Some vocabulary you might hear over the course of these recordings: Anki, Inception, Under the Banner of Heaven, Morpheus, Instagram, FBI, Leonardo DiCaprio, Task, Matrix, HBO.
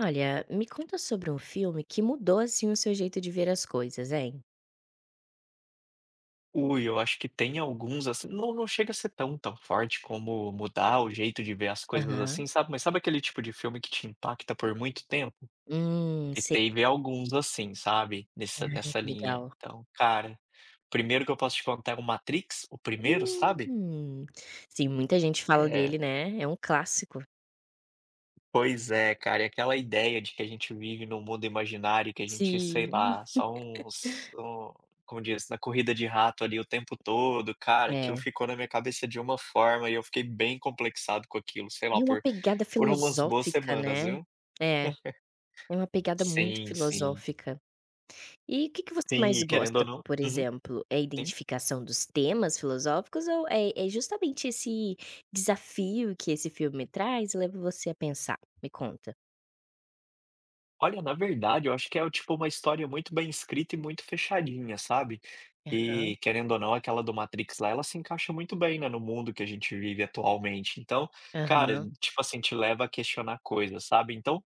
Olha, me conta sobre um filme que mudou, assim, o seu jeito de ver as coisas, hein? Ui, eu acho que tem alguns, assim, não chega a ser tão, tão forte como mudar o jeito de ver as coisas, Aham. assim, sabe, mas sabe aquele tipo de filme que te impacta por muito tempo? E Sei. teve alguns assim, sabe, nessa Ai, nessa que legal. linha. Então, cara, primeiro que eu posso te contar é o Matrix, o primeiro, sabe? Hum. Sim, muita gente fala Eh dele, né, é um clássico. Pois é, cara, e aquela ideia de que a gente vive num mundo imaginário e que a gente, sei Sim. lá, só uns um como diz, na corrida de rato ali o tempo todo, cara, aquilo É, ficou na minha cabeça de uma forma e eu fiquei bem complexado com aquilo, sei lá, é uma por pegada por umas boas filosófica, semanas, né. viu. É, é uma pegada muito Sim, sim. filosófica. E o que que você Sim, mais e querendo ou gosta, não, por uhum, exemplo? É a sim. identificação dos temas filosóficos ou é justamente esse desafio que esse filme traz, e leva você a pensar? Me conta. Olha, na verdade, eu acho que é, tipo, uma história muito bem escrita e muito fechadinha, sabe. Aham, E, querendo ou não, aquela do Matrix lá, ela se encaixa muito bem, né, no mundo que a gente vive atualmente. Então, cara, aham. tipo assim, te leva a questionar coisas, sabe. Então,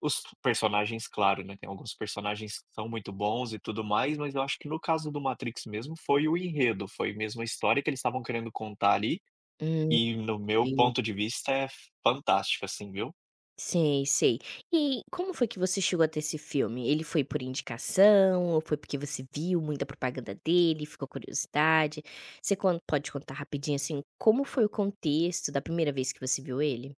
os personagens, claro, né, tem alguns personagens que são muito bons e tudo mais, mas eu acho que no caso do Matrix mesmo foi o enredo, foi mesmo a história que eles estavam querendo contar ali, Hum, e no meu entendi. ponto de vista é fantástico, assim, viu. Sei, sei. E como foi que você chegou até esse filme? Ele foi por indicação ou foi porque você viu muita propaganda dele, ficou curiosidade? Você con pode contar rapidinho, assim, como foi o contexto da primeira vez que você viu ele?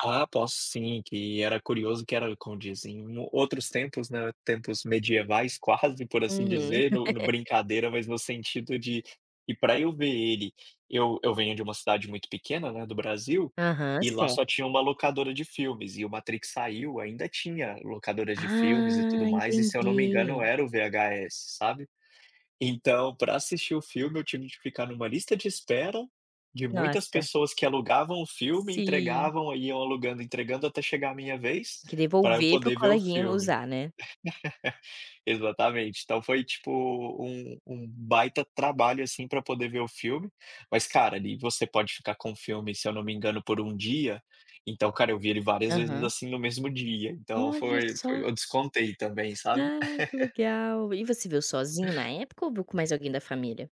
Ah, posso sim, que era curioso, que era como dizem, em outros tempos, né, tempos medievais quase, por assim Uhum. dizer, no no brincadeira, mas no sentido de e para eu ver ele, eu venho de uma cidade muito pequena, né, do Brasil, Aham, e lá só certo. tinha uma locadora de filmes, e o Matrix saiu, ainda tinha locadoras de filmes e tudo Ah, mais, e se eu não me engano entendi. era o VHS, sabe. Então, para assistir o filme, eu tive de ficar numa lista de espera de muitas Nossa. pessoas que alugavam o filme, Sim. entregavam, aí iam alugando, entregando até chegar a minha vez, Que para eu devolver para o poder ver o coleguinha filme. usar, né? Exatamente. Então foi tipo um baita trabalho, assim, para poder ver o filme. Mas, cara, ali você pode ficar com o filme, se eu não me engano, por um dia. Então, cara, eu vi ele várias vezes, Aham. assim, no mesmo dia. Então Olha foi só. foi eu descontei também, sabe? Ah, que legal. E você viu sozinho na época ou viu com mais alguém da família?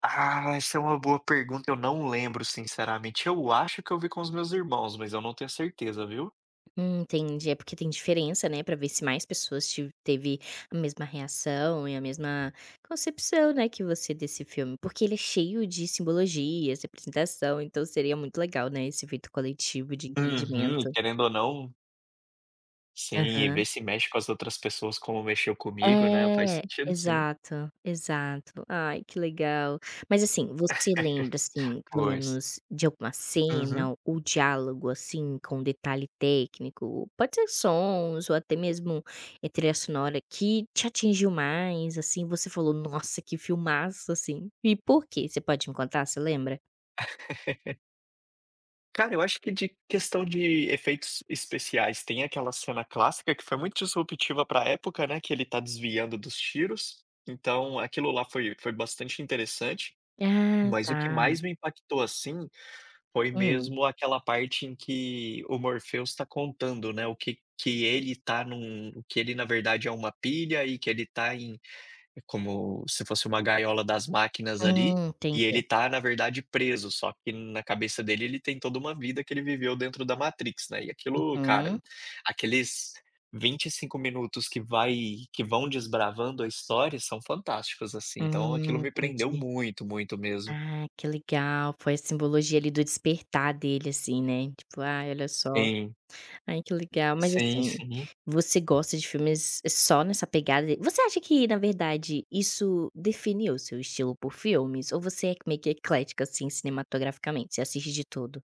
Ah, essa é uma boa pergunta, eu não lembro sinceramente. Eu acho que eu vi com os meus irmãos, mas eu não tenho certeza, viu. Entendi. É porque tem diferença, né, pra ver se mais pessoas ti teve a mesma reação e a mesma concepção, né, que você desse filme. Porque ele é cheio de simbologias, representação, então seria muito legal, né, esse efeito coletivo de Uhum, e entendimento. querendo ou não, sim, e ver se mexe com as outras pessoas como mexeu comigo, né, faz É, sentido sim. exato, exato. Ai, que legal. Mas, assim, você lembra, assim, pelo Pois. menos de alguma Uhum. cena ou diálogo, assim, com detalhe técnico? Pode ser sons ou até mesmo, trilha sonora que te atingiu mais, assim, você falou: "Nossa, que filmaço", assim. E por quê? Você pode me contar, você lembra? Cara, eu acho que de questão de efeitos especiais, tem aquela cena clássica que foi muito disruptiva para a época, né, que ele tá desviando dos tiros, então aquilo lá foi bastante interessante, Ah, mas o que tá. mais me impactou, assim, foi Hum. mesmo aquela parte em que o Morpheus está contando, né, o que que ele tá num, que ele na verdade é uma pilha e que ele tá em. É como se fosse uma gaiola das máquinas ali, e Entendi. ele tá na verdade preso, só que na cabeça dele ele tem toda uma vida que ele viveu dentro da Matrix, né, e aquilo, cara, Uhum. aqueles 25 minutos que vão desbravando a história são fantásticos, assim, então aquilo me prendeu Entendi. muito, muito mesmo. Ah, que legal. Foi a simbologia ali do despertar dele, assim, né, tipo: "Ai, olha só. Sim, Ai, que legal". Mas, sim, assim, sim. você gosta de filmes só nessa pegada de você acha que, na verdade, isso definiu o seu estilo por filmes ou você é meio que eclética, assim, cinematograficamente, você assiste de tudo?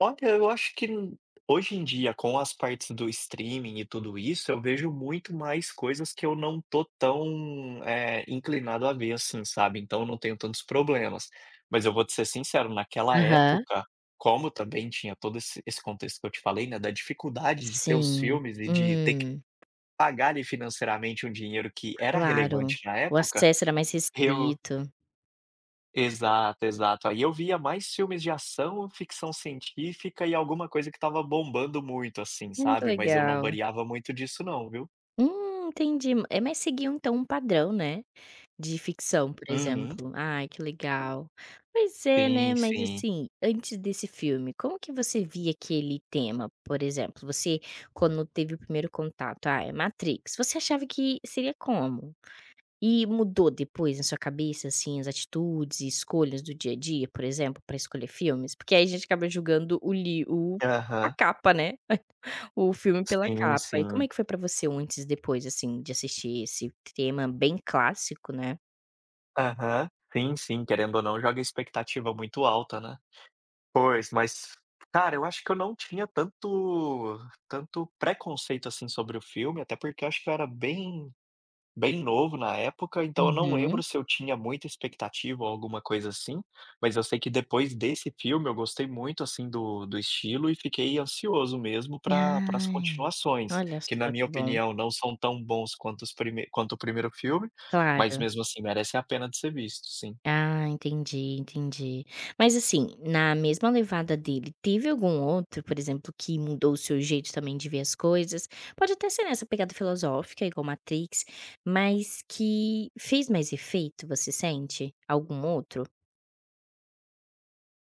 Olha, eu acho que hoje em dia, com as partes do streaming e tudo isso, eu vejo muito mais coisas que eu não tô tão, inclinado a ver, assim, sabe, então eu não tenho tantos problemas. Mas eu vou te ser sincero, naquela Aham. época, como também tinha todo esse contexto que eu te falei, né, da dificuldade de ter os Sim. filmes e de ter que Hum, pagar ali financeiramente um dinheiro que era claro. relevante na O época, acesso era mais eu restrito. exato, exato. Aí eu via mais filmes de ação, ficção científica e alguma coisa que tava bombando muito, assim, Ai, que sabe, mas eu não legal. variava muito disso não, viu. Entendi. É mas seguiu, então, um padrão, né? De ficção, por Uhum. exemplo. Ai, que legal. Pois é, né, Sim, mas sim. assim, antes desse filme, como que você via aquele tema, por exemplo? Você, quando teve o primeiro contato, ah, é Matrix, você achava que seria como? E mudou depois na sua cabeça, assim, as atitudes e escolhas do dia a dia, por exemplo, para escolher filmes? Porque aí a gente acaba julgando o li o a Aham. capa, né, o filme pela Sim, capa. E como sim. é que foi pra você o antes e depois, assim, de assistir esse tema bem clássico, né? Aham. Sim, sim, querendo ou não, joga expectativa muito alta, né. Pois, mas, cara, eu acho que eu não tinha tanto preconceito, assim, sobre o filme, até porque eu acho que eu era bem, bem novo na época, então eu não lembro Uhum. se eu tinha muita expectativa ou alguma coisa assim, mas eu sei que depois desse filme eu gostei muito, assim, do estilo e fiquei ansioso mesmo para as Ai, continuações, olha que na só minha que bom. opinião não são tão bons quanto os prime quanto o primeiro filme, mas Claro. mesmo assim merecem a pena de ser visto, sim. Ah, entendi, entendi. Mas assim, na mesma levada dele, teve algum outro, por exemplo, que mudou o seu jeito também de ver as coisas? Pode até ser nessa pegada filosófica, igual Matrix, mas que fez mais efeito, você sente? Algum outro?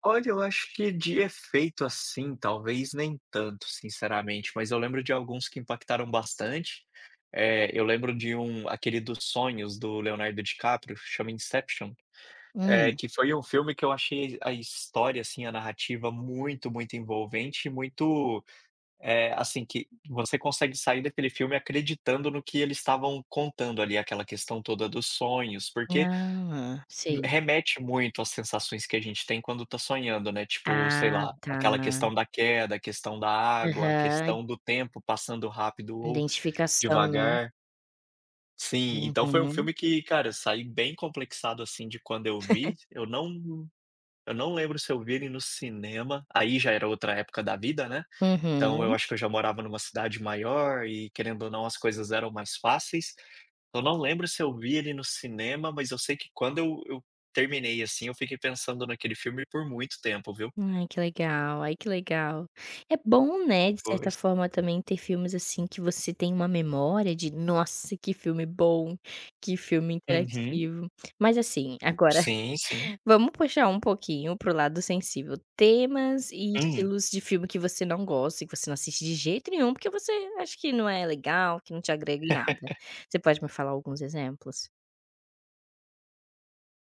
Olha, eu acho que de efeito assim, talvez nem tanto, sinceramente, mas eu lembro de alguns que impactaram bastante. Eu lembro de um, aquele dos sonhos do Leonardo DiCaprio, chama Inception, Hum. que foi um filme que eu achei a história, assim, a narrativa muito, muito envolvente e muito, assim, que você consegue sair daquele filme acreditando no que eles estavam contando ali, aquela questão toda dos sonhos, porque Ah, sei. remete muito às sensações que a gente tem quando tá sonhando, né, tipo, sei Ah, lá, tá. aquela questão da queda, a questão da água, a Aham, questão do tempo passando rápido ou identificação, né. devagar. Sim, então foi um Uhum, filme que, cara, eu saí bem complexado, assim, de quando eu vi. Eu não, eu não lembro se eu vi ele no cinema, aí já era outra época da vida, né, então eu uhum. acho que eu já morava numa cidade maior e, querendo ou não, as coisas eram mais fáceis. Eu não lembro se eu vi ele no cinema, mas eu sei que quando eu terminei, assim, eu fiquei pensando naquele filme por muito tempo, viu. Ai, que legal, ai que legal. É bom, né, de certa Pois. forma também ter filmes, assim, que você tem uma memória de: "Nossa, que filme bom, que filme Uhum. interativo". Mas, assim, agora Sim, sim. vamos puxar um pouquinho para o lado sensível. Temas e Hum. estilos de filme que você não gosta que você não assiste de jeito nenhum, porque você acha que não é legal, que não te agrega em nada. Você pode me falar alguns exemplos?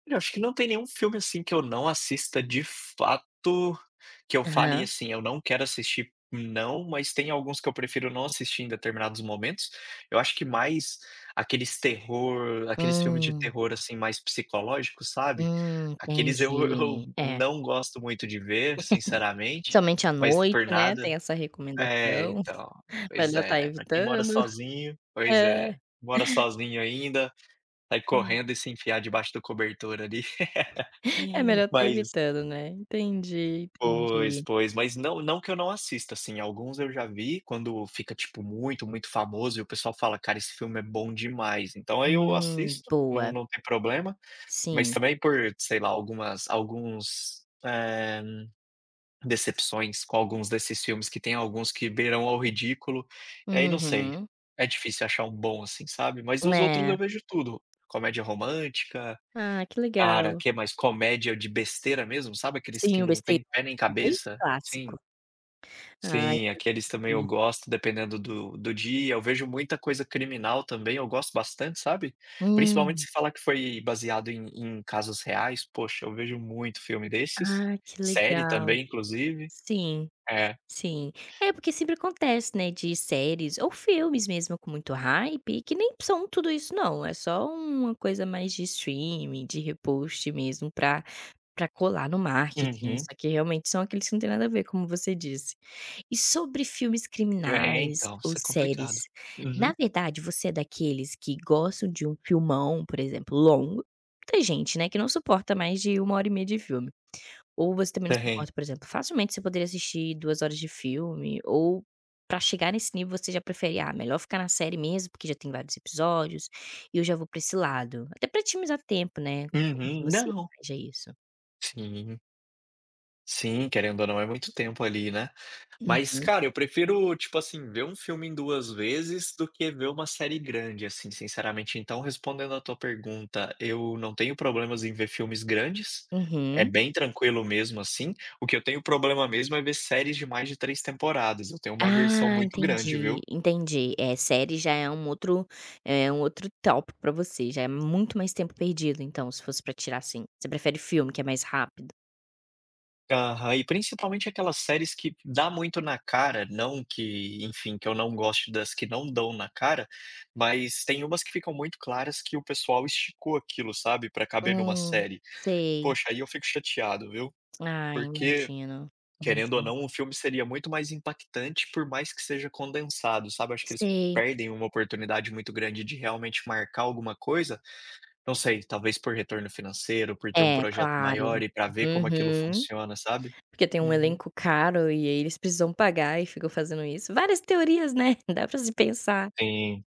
Eu acho que não tem nenhum filme, assim, que eu não assista de fato, que eu fale Aham. assim: "Eu não quero assistir", não, mas tem alguns que eu prefiro não assistir em determinados momentos. Eu acho que mais aqueles filmes de Hum, terror, assim, mais psicológicos, sabe? Aqueles eu eu entendi. É. não gosto muito de ver, sinceramente, Somente à mas noite, por né, nada tem essa é, recomendação, então, pois melhor estar é, pra quem mora evitando. sozinho, pois É, é, mora sozinho ainda, sai correndo e se enfiar debaixo do cobertor ali. é melhor estar Mas evitando, né. Entendi, pois, entendi. pois, mas não que eu não assista, assim, alguns eu já vi quando fica, tipo, muito, muito famoso e o pessoal fala: "Cara, esse filme é bom demais". Então aí eu assisto, não, Boa, não tem problema, mas sim. também por, sei lá, algumas, alguns, decepções com alguns desses filmes, que tem alguns que beiram ao ridículo, aí não sei, Uhum. é difícil achar um bom, assim, sabe. Mas os outros É. eu vejo tudo, comédia romântica. Ah, que Cara, legal. que é mais comédia de besteira mesmo, sabe aqueles que Sim, o não tem besteirol, pé nem bem cabeça? Sim, clássico. Ah, sim, aqueles também eu entendi. gosto, dependendo do dia, eu vejo muita coisa criminal também, eu gosto bastante, sabe. Principalmente Hum. se falar que foi baseado em casos reais, poxa, eu vejo muito filme desses, Ah, que série legal. também, inclusive. Sim. É. Sim. É, porque sempre acontece, né, de séries ou filmes mesmo com muito hype, que nem são tudo isso não, é só uma coisa mais de streaming, de repost mesmo pra colar no marketing, Uhum. só que realmente são aqueles que não tem nada a ver, como você disse. E sobre filmes É, criminais então, ou isso é complicado. séries, Uhum. na verdade você é daqueles que gostam de um filmão, por exemplo, longo tem gente, né, que não suporta mais de uma hora e meia de filme. Ou você também não se Tem. importa, por exemplo, facilmente você poderia assistir 2 horas de filme ou pra chegar nesse nível você já prefere: "Ah, melhor ficar na série mesmo, porque já tem vários episódios e eu já vou pra esse lado". Até pra otimizar tempo, né. Como que Uhum. você Não. planeja isso? Sim, sim, querendo ou não é muito tempo ali, né. Mas, Uhum, cara, eu prefiro, tipo assim, ver um filme em 2 vezes do que ver uma série grande, assim, sinceramente. Então, respondendo à tua pergunta, eu não tenho problemas em ver filmes grandes, é uhum. bem tranquilo mesmo, assim. O que eu tenho problema mesmo é ver séries de mais de 3 temporadas, eu tenho uma aversão Ah, muito grande, entendi, viu. entendi. É, série já é um outro tópico pra você, já é muito mais tempo perdido então, se fosse pra tirar, assim. Você prefere filme que é mais rápido? Aham, e principalmente aquelas séries que dá muito na cara, não que, enfim, que eu não goste das que não dão na cara, mas tem umas que ficam muito claras que o pessoal esticou aquilo, sabe, pra caber numa Hum, série. sei. Poxa, aí eu fico chateado, viu. Ah, Porque, imagino, querendo ou imagino. não, o filme seria muito mais impactante, por mais que seja condensado, sabe. Acho que eles Sei. perdem uma oportunidade muito grande de realmente marcar alguma coisa. Não sei, talvez por retorno financeiro, por ter um É, projeto claro. maior e para ver como aquilo Uhum. funciona, sabe. Porque tem um Uhum. elenco caro e aí eles precisam pagar e ficam fazendo isso. Várias teorias, né, dá pra se pensar. Sim,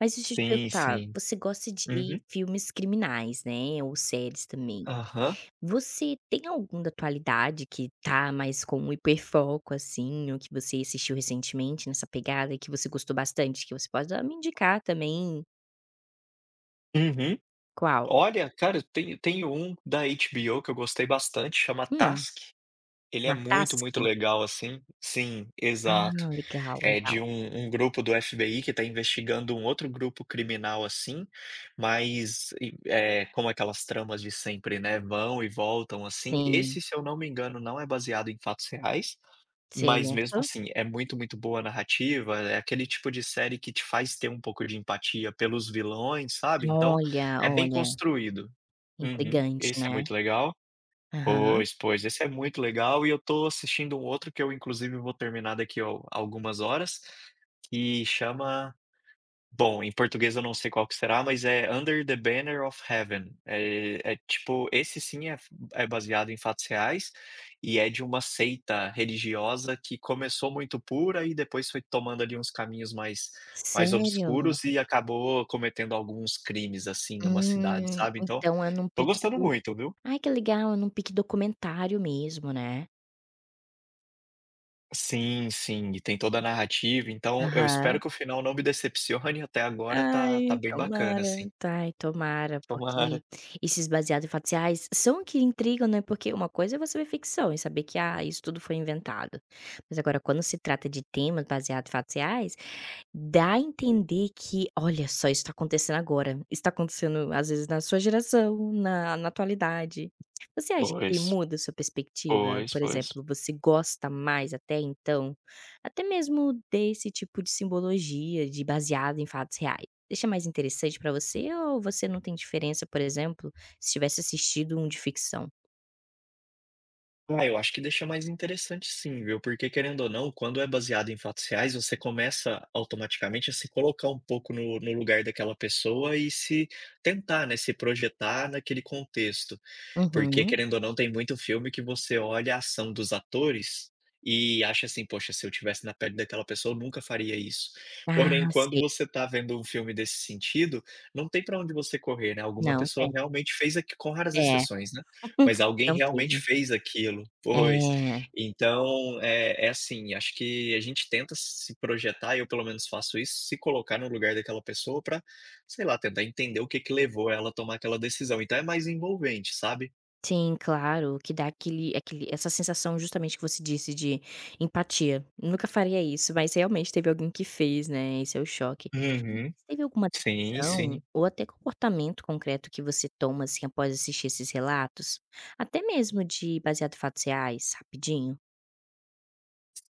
Mas deixa eu te sim, perguntar, sim. você gosta de Uhum. filmes criminais, né, ou séries também. Aham. Você tem algum da atualidade que tá mais com um hiperfoco, assim, ou que você assistiu recentemente nessa pegada e que você gostou bastante, que você pode, ah, me indicar também? Uhum. Qual? Olha, cara, tem um da HBO que eu gostei bastante, chama Hum, Task. Ele na é muito, Task? muito legal, assim. Sim, Ah, exato. legal, É de legal. um grupo do FBI que está investigando um outro grupo criminal, assim, mas e como aquelas tramas de sempre, né, vão e voltam, assim. Sim. Esse, se eu não me engano, não é baseado em fatos reais, mas mesmo Certo. assim é muito, muito boa a narrativa, é aquele tipo de série que te faz ter um pouco de empatia pelos vilões, sabe. Então, Olha, é bem olha, construído. Uhum. intrigante, Esse é né. muito legal. Aham. Pois, pois, esse é muito legal e eu tô assistindo um outro que eu inclusive vou terminar daqui a al algumas horas, que chama, bom, em português eu não sei qual que será, mas é Under the Banner of Heaven. É tipo esse, sim, é f, é baseado em fatos reais, e é de uma seita religiosa que começou muito pura e depois foi tomando ali uns caminhos mais, mais Sério? obscuros, e acabou cometendo alguns crimes, assim, numa cidade, sabe. Então, Então é num tô gostando pico muito, viu. ai que legal, é num pique documentário mesmo, né. Sim, sim, e tem toda a narrativa, então eu Aham. espero que o final não me decepcione, até agora tá Ai, bem bacana, tomara. assim. Ai, tomara, porque Tomara. esses baseados em fatos reais são que intrigam, né, porque uma coisa é você ver ficção e saber que, ah, isso tudo foi inventado. Mas agora quando se trata de temas baseados em fatos reais dá a entender que: "Olha só, isso está acontecendo agora, isso tá acontecendo às vezes na sua geração, na na atualidade". Você acha que Pois, muda a sua perspectiva? pois, Por pois. exemplo, você gosta mais até então, até mesmo desse tipo de simbologia, de baseado em fatos reais. Deixa mais interessante pra você ou você não tem diferença, por exemplo, se tivesse assistido um de ficção? Ah, eu acho que deixa mais interessante sim, viu, porque querendo ou não, quando é baseado em fatos reais, você começa automaticamente a se colocar um pouco no lugar daquela pessoa e se tentar, né, se projetar naquele contexto. Porque Uhum. querendo ou não tem muito filme que você olha a ação dos atores e acha assim: "Poxa, se eu tivesse na pele daquela pessoa eu nunca faria isso". Ah, Porém, quando sei. você está vendo um filme desse sentido, não tem pra onde você correr, né, alguma Não pessoa tem. realmente fez aqui, com raras É. exceções, né, mas alguém Não teve. realmente fez aquilo. Pois. É. Então, é assim, acho que a gente tenta se projetar, eu pelo menos faço isso, se colocar no lugar daquela pessoa pra, sei lá, tentar entender o que que levou ela a tomar aquela decisão, então é mais envolvente, sabe? Sim, claro, que dá aquele essa sensação justamente que você disse de empatia. Nunca faria isso, mas realmente teve alguém que fez, né, esse é o choque. Uhum. Teve alguma Sim, decisão sim. ou até comportamento concreto que você toma, assim, após assistir esses relatos? Até mesmo de baseado em fatos reais, rapidinho?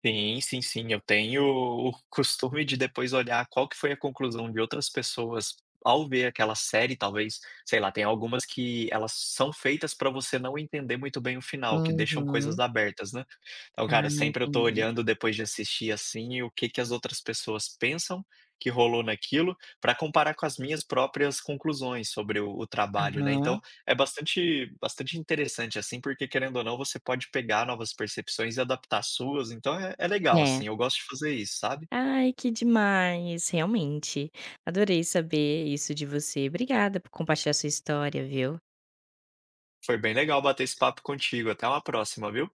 Sim, sim, sim. Eu tenho o costume de depois olhar qual que foi a conclusão de outras pessoas ao ver aquela série, talvez, sei lá, tem algumas que elas são feitas para você não entender muito bem o final, que deixam Uhum. coisas abertas, né. Então, Ah, cara, sempre eu tô entendi. olhando depois de assistir, assim, o que que as outras pessoas pensam que rolou naquilo, para comparar com as minhas próprias conclusões sobre o trabalho, né. Aham. Então, é bastante, bastante interessante, assim, porque querendo ou não você pode pegar novas percepções e adaptar as suas, então é legal, É. assim, eu gosto de fazer isso, sabe. Ai, que demais, realmente. Adorei saber isso de você. Obrigada por compartilhar sua história, viu. Foi bem legal bater esse papo contigo, até uma próxima, viu.